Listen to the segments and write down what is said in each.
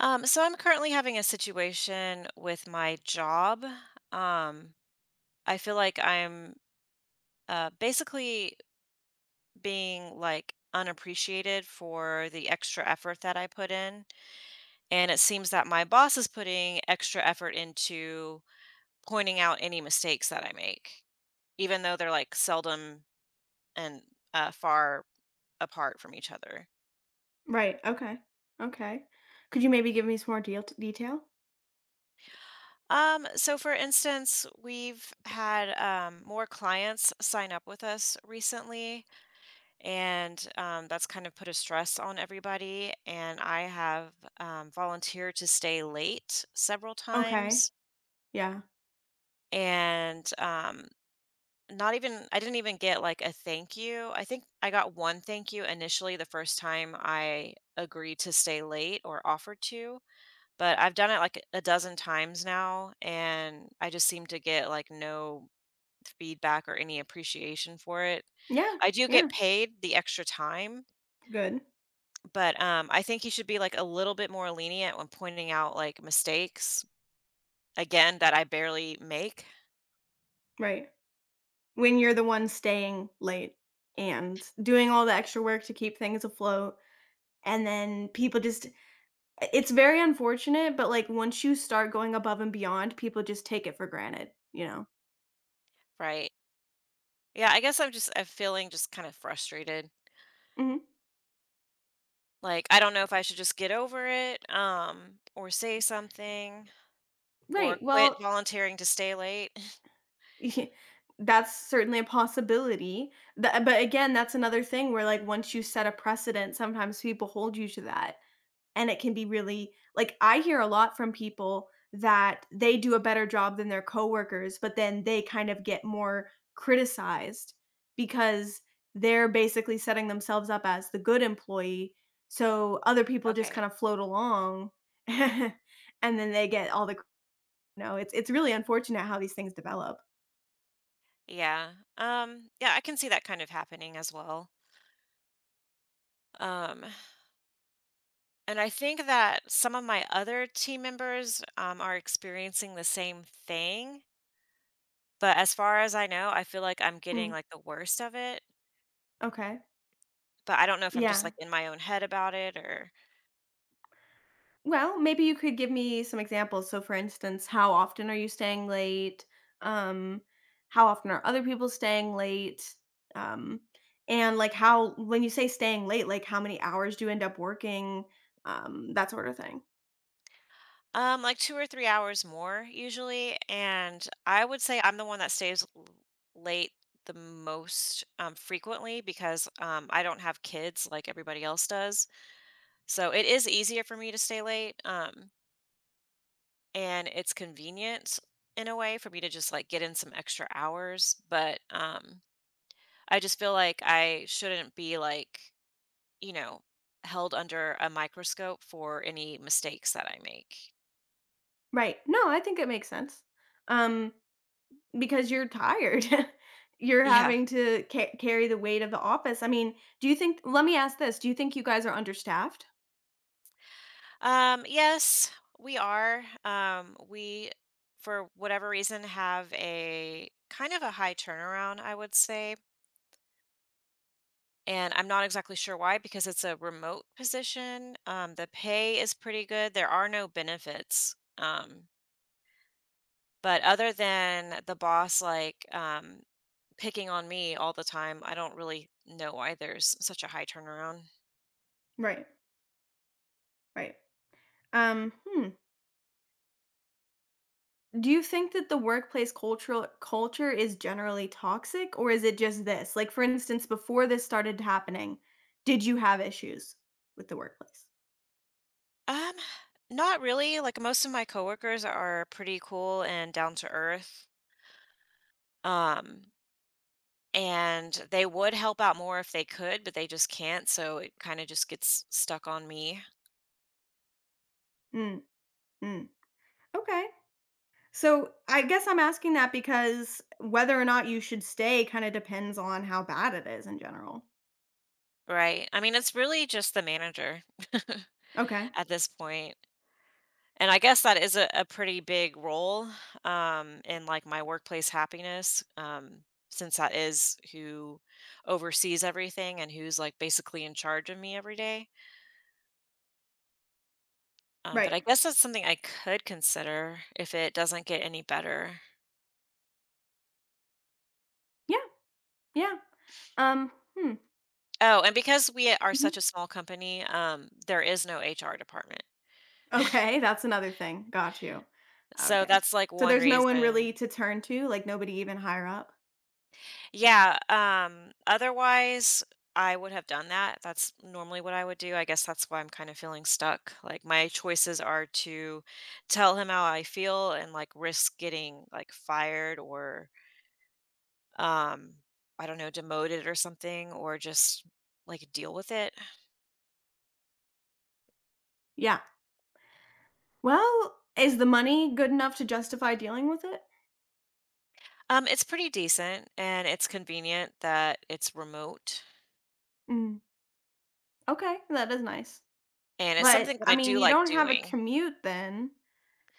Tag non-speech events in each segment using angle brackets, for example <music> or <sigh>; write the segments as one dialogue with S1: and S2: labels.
S1: So I'm currently having a situation with my job. Um, I feel like I'm basically being like unappreciated for the extra effort that I put in. And it seems that my boss is putting extra effort into pointing out any mistakes that I make, even though they're like seldom and far apart from each other.
S2: Right, okay, okay. Could you maybe give me some more deal detail?
S1: So for instance, we've had more clients sign up with us recently and that's kind of put a stress on everybody. And I have volunteered to stay late several
S2: Okay,
S1: times,
S2: yeah.
S1: and not even I didn't even get like a thank you. I think I got one thank you initially the first time I agreed to stay late or offered to, but I've done it like a dozen times now, and I just seem to get like no feedback or any appreciation for it.
S2: Yeah,
S1: I do get
S2: yeah,
S1: paid the extra time.
S2: good,
S1: But, I think he should be like a little bit more lenient when pointing out like mistakes, again, that I barely make,
S2: right. When you're the one staying late and doing all the extra work to keep things afloat, and then people just it's very unfortunate, but, like, once you start going above and beyond, people just take it for granted, you know?
S1: right? Yeah, I guess I'm feeling just kinda frustrated.
S2: Mhm.
S1: Like, I don't know if I should just get over it, or say something, or
S2: Right,
S1: quit
S2: well,
S1: volunteering to stay late. <laughs>
S2: <laughs> that's certainly a possibility. The But, again, that's another thing where, like, once you set a precedent, sometimes people hold you to that. And it can be really like, I hear a lot from people that they do a better job than their coworkers, but then they kind of get more criticized because they're basically setting themselves up as the good employee. So other people just
S1: Okay.
S2: kind of float along <laughs> and then they get all the no, it's really unfortunate how these things develop.
S1: Yeah. Yeah, I can see that kind of happening as well. Um, and I think that some of my other team members, are experiencing the same thing. But as far as I know, I feel like I'm getting
S2: Mm,
S1: like the worst of it,
S2: okay.
S1: but I don't know if I'm just
S2: Yeah.
S1: like in my own head about it or
S2: Well, maybe you could give me some examples. So, for instance, how often are you staying late? Um, how often are other people staying late? Um, and like how, when you say staying late, like how many hours do you end up working? That sort of thing.
S1: like, 2 or 3 hours more usually, and I would say I'm the one that stays l late the most, frequently because I don't have kids like everybody else does, so it is easier for me to stay late, and it's convenient in a way for me to just like get in some extra hours, but, I just feel like I shouldn't be like, you know, held under a microscope for any mistakes that I make.
S2: Right. No, I think it makes sense. Um, because you're tired. <laughs> You're
S1: Yeah.
S2: having to carry the weight of the office. I mean, do you think, let me ask this, do you think you guys are understaffed?
S1: Yes, we are. We, for whatever reason, have a kind of a high turnaround, I would say. And I'm not exactly sure why, because it's a remote position. The pay is pretty good. There are no benefits. But other than the boss, like, picking on me all the time. I don't really know why there's such a high turnaround.
S2: Right. Right. Hmm. Do you think that the workplace cultural culture is generally toxic or is it just this? Like for instance, before this started happening, did you have issues with the workplace?
S1: Um, not really. Like most of my coworkers are pretty cool and down to earth. Um, and they would help out more if they could, but they just can't, so it kind of just gets stuck on me,
S2: Mm, mm. Okay. So, I guess I'm asking that because whether or not you should stay kind of depends on how bad it is in general.
S1: right? I mean, it's really just the manager
S2: Okay.
S1: <laughs> at this point. And I guess that is a pretty big role, in like my workplace happiness, since that is who oversees everything and who's like basically in charge of me every day. But
S2: Right.
S1: I guess that's something I could consider if it doesn't get any better.
S2: Yeah. Yeah. Um, hmm.
S1: Oh, and because we are
S2: Mhm.
S1: such a small company, there is no HR department.
S2: Okay, that's another thing. Got you.
S1: So
S2: Okay.
S1: that's like
S2: So
S1: one
S2: there's no one
S1: reason.
S2: really to turn to, like nobody even higher up.
S1: Yeah, otherwise, I would have done that. That's normally what I would do. I guess that's why I'm kind of feeling stuck. Like my choices are to tell him how I feel and like risk getting like fired or um I don't know, demoted or something or just like deal with it.
S2: Yeah. Well, is the money good enough to justify dealing with it?
S1: It's pretty decent and it's convenient that it's remote
S2: Mm, okay, that is nice.
S1: and it's
S2: But,
S1: something that
S2: I
S1: I
S2: mean,
S1: do
S2: you
S1: like
S2: don't have a
S1: doing.
S2: commute then,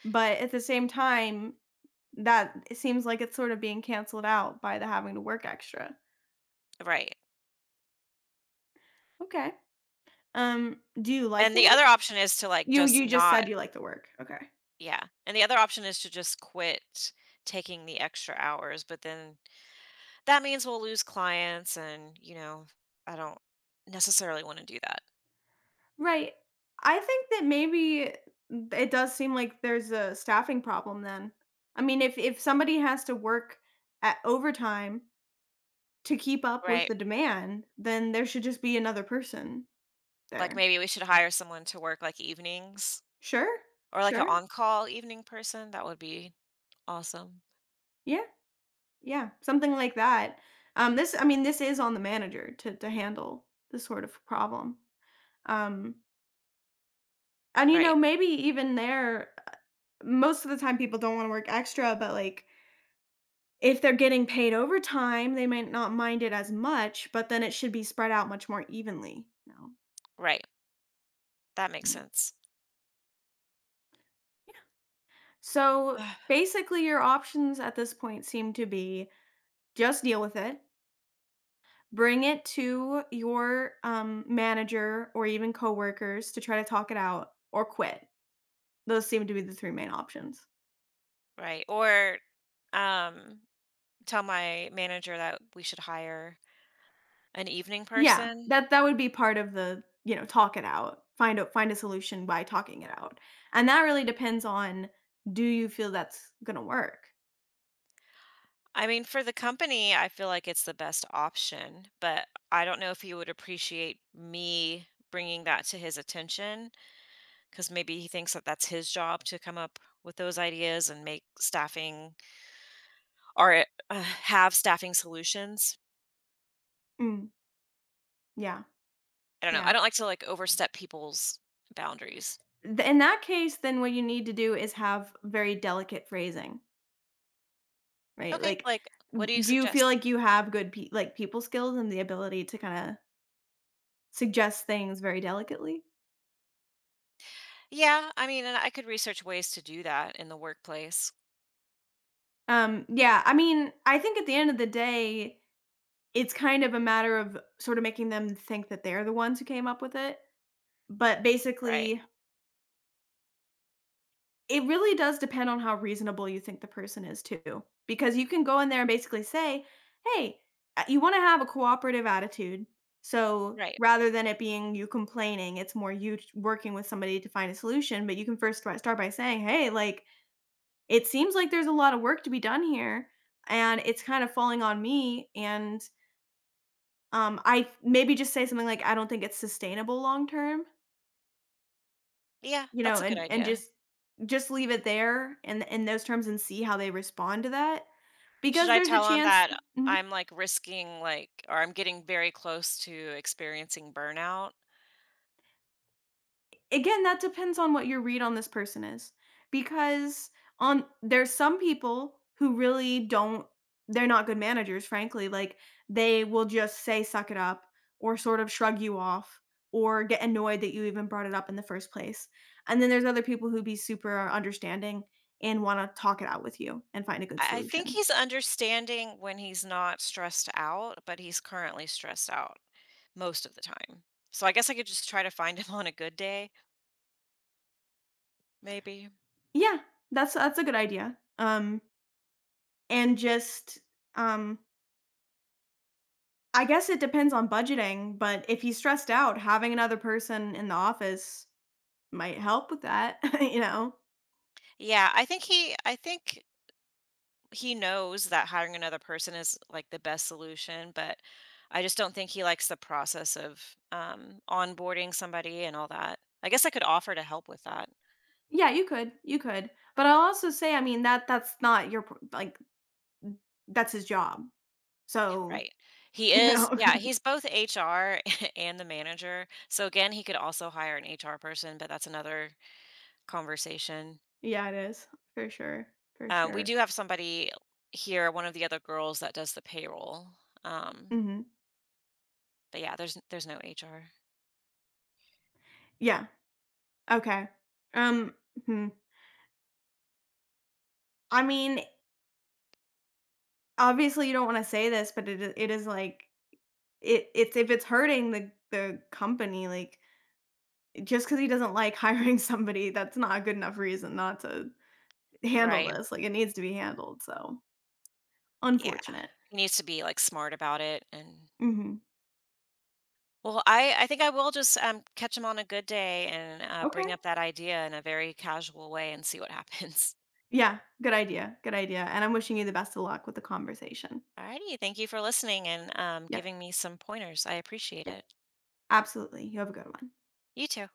S2: but at the same time, that it seems like it's sort of being canceled out by the having to work extra.
S1: Right.
S2: Okay. Do you like
S1: And
S2: the
S1: the
S2: work?
S1: other option is to like
S2: You
S1: just
S2: you just
S1: not.
S2: said you like the work. Okay.
S1: Yeah, and the other option is to just quit taking the extra hours, but then that means we'll lose clients and, you know, I don't necessarily want to do that.
S2: Right. I think that maybe it does seem like there's a staffing problem then. I mean, if somebody has to work at overtime to keep up with
S1: Right.
S2: the demand, then there should just be another person
S1: Like
S2: there.
S1: maybe we should hire someone to work like evenings
S2: Sure,
S1: or like an
S2: sure.
S1: on-call evening person. That would be awesome.
S2: Yeah, yeah, something like that. This, I mean, this is on the manager to handle this sort of problem. Um, and you
S1: Right.
S2: know, maybe even there, most of the time people don't want to work extra, but like if they're getting paid overtime, they might not mind it as much. But then it should be spread out much more evenly. No.
S1: Right. That makes sense.
S2: So
S1: Ugh.
S2: basically, your options at this point seem to be just deal with it. Bring it to your, manager or even coworkers to try to talk it out or quit. Those seem to be the 3 main options.
S1: Right. Or um tell my manager that we should hire an evening
S2: Yeah,
S1: person.
S2: that that would be part of the, you know, talk it out. Find a solution by talking it out. And that really depends on, do you feel that's gonna work?
S1: I mean, for the company, I feel like it's the best option, but I don't know if he would appreciate me bringing that to his attention because maybe he thinks that that's his job to come up with those ideas and make staffing, or have staffing solutions.
S2: Mm, yeah,
S1: I don't know. I
S2: yeah.
S1: don't like to like overstep people's boundaries.
S2: Th In that case, then what you need to do is have very delicate phrasing, right?
S1: Okay,
S2: Like,
S1: like what
S2: w
S1: do you
S2: do you feel
S1: suggest?
S2: like you have good pe like, people skills and the ability to kinda suggest things very delicately.
S1: Yeah, I mean, and I could research ways to do that in the workplace.
S2: Yeah, I mean, I think at the end of the day, it's kind of a matter of sort of making them think that they're the ones who came up with it, but
S1: Right.
S2: basically, it really does depend on how reasonable you think the person is too, because you can go in there and basically say, "Hey, you wanna have a cooperative attitude, so
S1: Right.
S2: rather than it being you complaining, it's more you ch working with somebody to find a solution, but you can first start by saying, "Hey, like, it seems like there's a lot of work to be done here, and it's kind of falling on me, and, I maybe just say something like, "I don't think it's sustainable long term,"
S1: Yeah,
S2: you
S1: that's
S2: know,
S1: a good
S2: and
S1: idea.
S2: just leave it there in those terms and see how they respond to that,
S1: Should
S2: because
S1: I
S2: there's a
S1: tell him
S2: chance
S1: that
S2: mhm.
S1: I'm like risking, like, or I'm getting very close to experiencing burnout?
S2: Again, that depends on what your read on this person is because on there's some people who really don't they're not good managers, frankly. Like they will just say suck it up or sort of shrug you off or get annoyed that you even brought it up in the first place. And then there's other people who be super understanding and want to talk it out with you and find a good
S1: I think
S2: solution.
S1: he's understanding when he's not stressed out, but he's currently stressed out most of the time. So I guess I could just try to find <laughs> him on a good day, maybe?
S2: Yeah, that's a good idea. And just um I guess it depends on budgeting, but if he's stressed out, having another person in the office might help with that, <laughs> you know?
S1: Yeah, I think he knows that hiring another person is like the best solution, but I just don't think he likes the process of onboarding somebody and all that. I guess I could offer to help with that.
S2: Yeah, you could. You could. But I'll also say, I mean, that that's not your pro like, that's his job. So,
S1: Right. He
S2: <laughs> you
S1: is,
S2: know?
S1: yeah, he's
S2: <laughs>
S1: both HR <laughs> and the manager. So again, he could also hire an HR person, but that's another conversation.
S2: Yeah, it is. For sure. For
S1: We do
S2: sure.
S1: have somebody here, one of the other girls that does the payroll. Um,
S2: Mhm.
S1: but yeah, there's no HR.
S2: Yeah. Okay. Um, hmm. I mean, obviously you don't wanna say this, but it is like, it's if it's hurting the company, like just because he doesn't like <laughs> hiring somebody, that's not a good enough reason not to handle
S1: Right.
S2: this, like, it needs to be handled, so
S1: Yeah.
S2: unfortunate.
S1: He needs to be like smart about it. And
S2: Mhm.
S1: well, I think I will just catch him on a good day and
S2: Okay.
S1: bring up that idea in a very casual way and see what <laughs> happens.
S2: Yeah, good idea, and I'm wishing you the best of luck with the conversation.
S1: Alrighty, thank you for listening and giving
S2: Yep,
S1: me some pointers. I appreciate
S2: yep,
S1: it.
S2: absolutely, you have a good one.
S1: You too.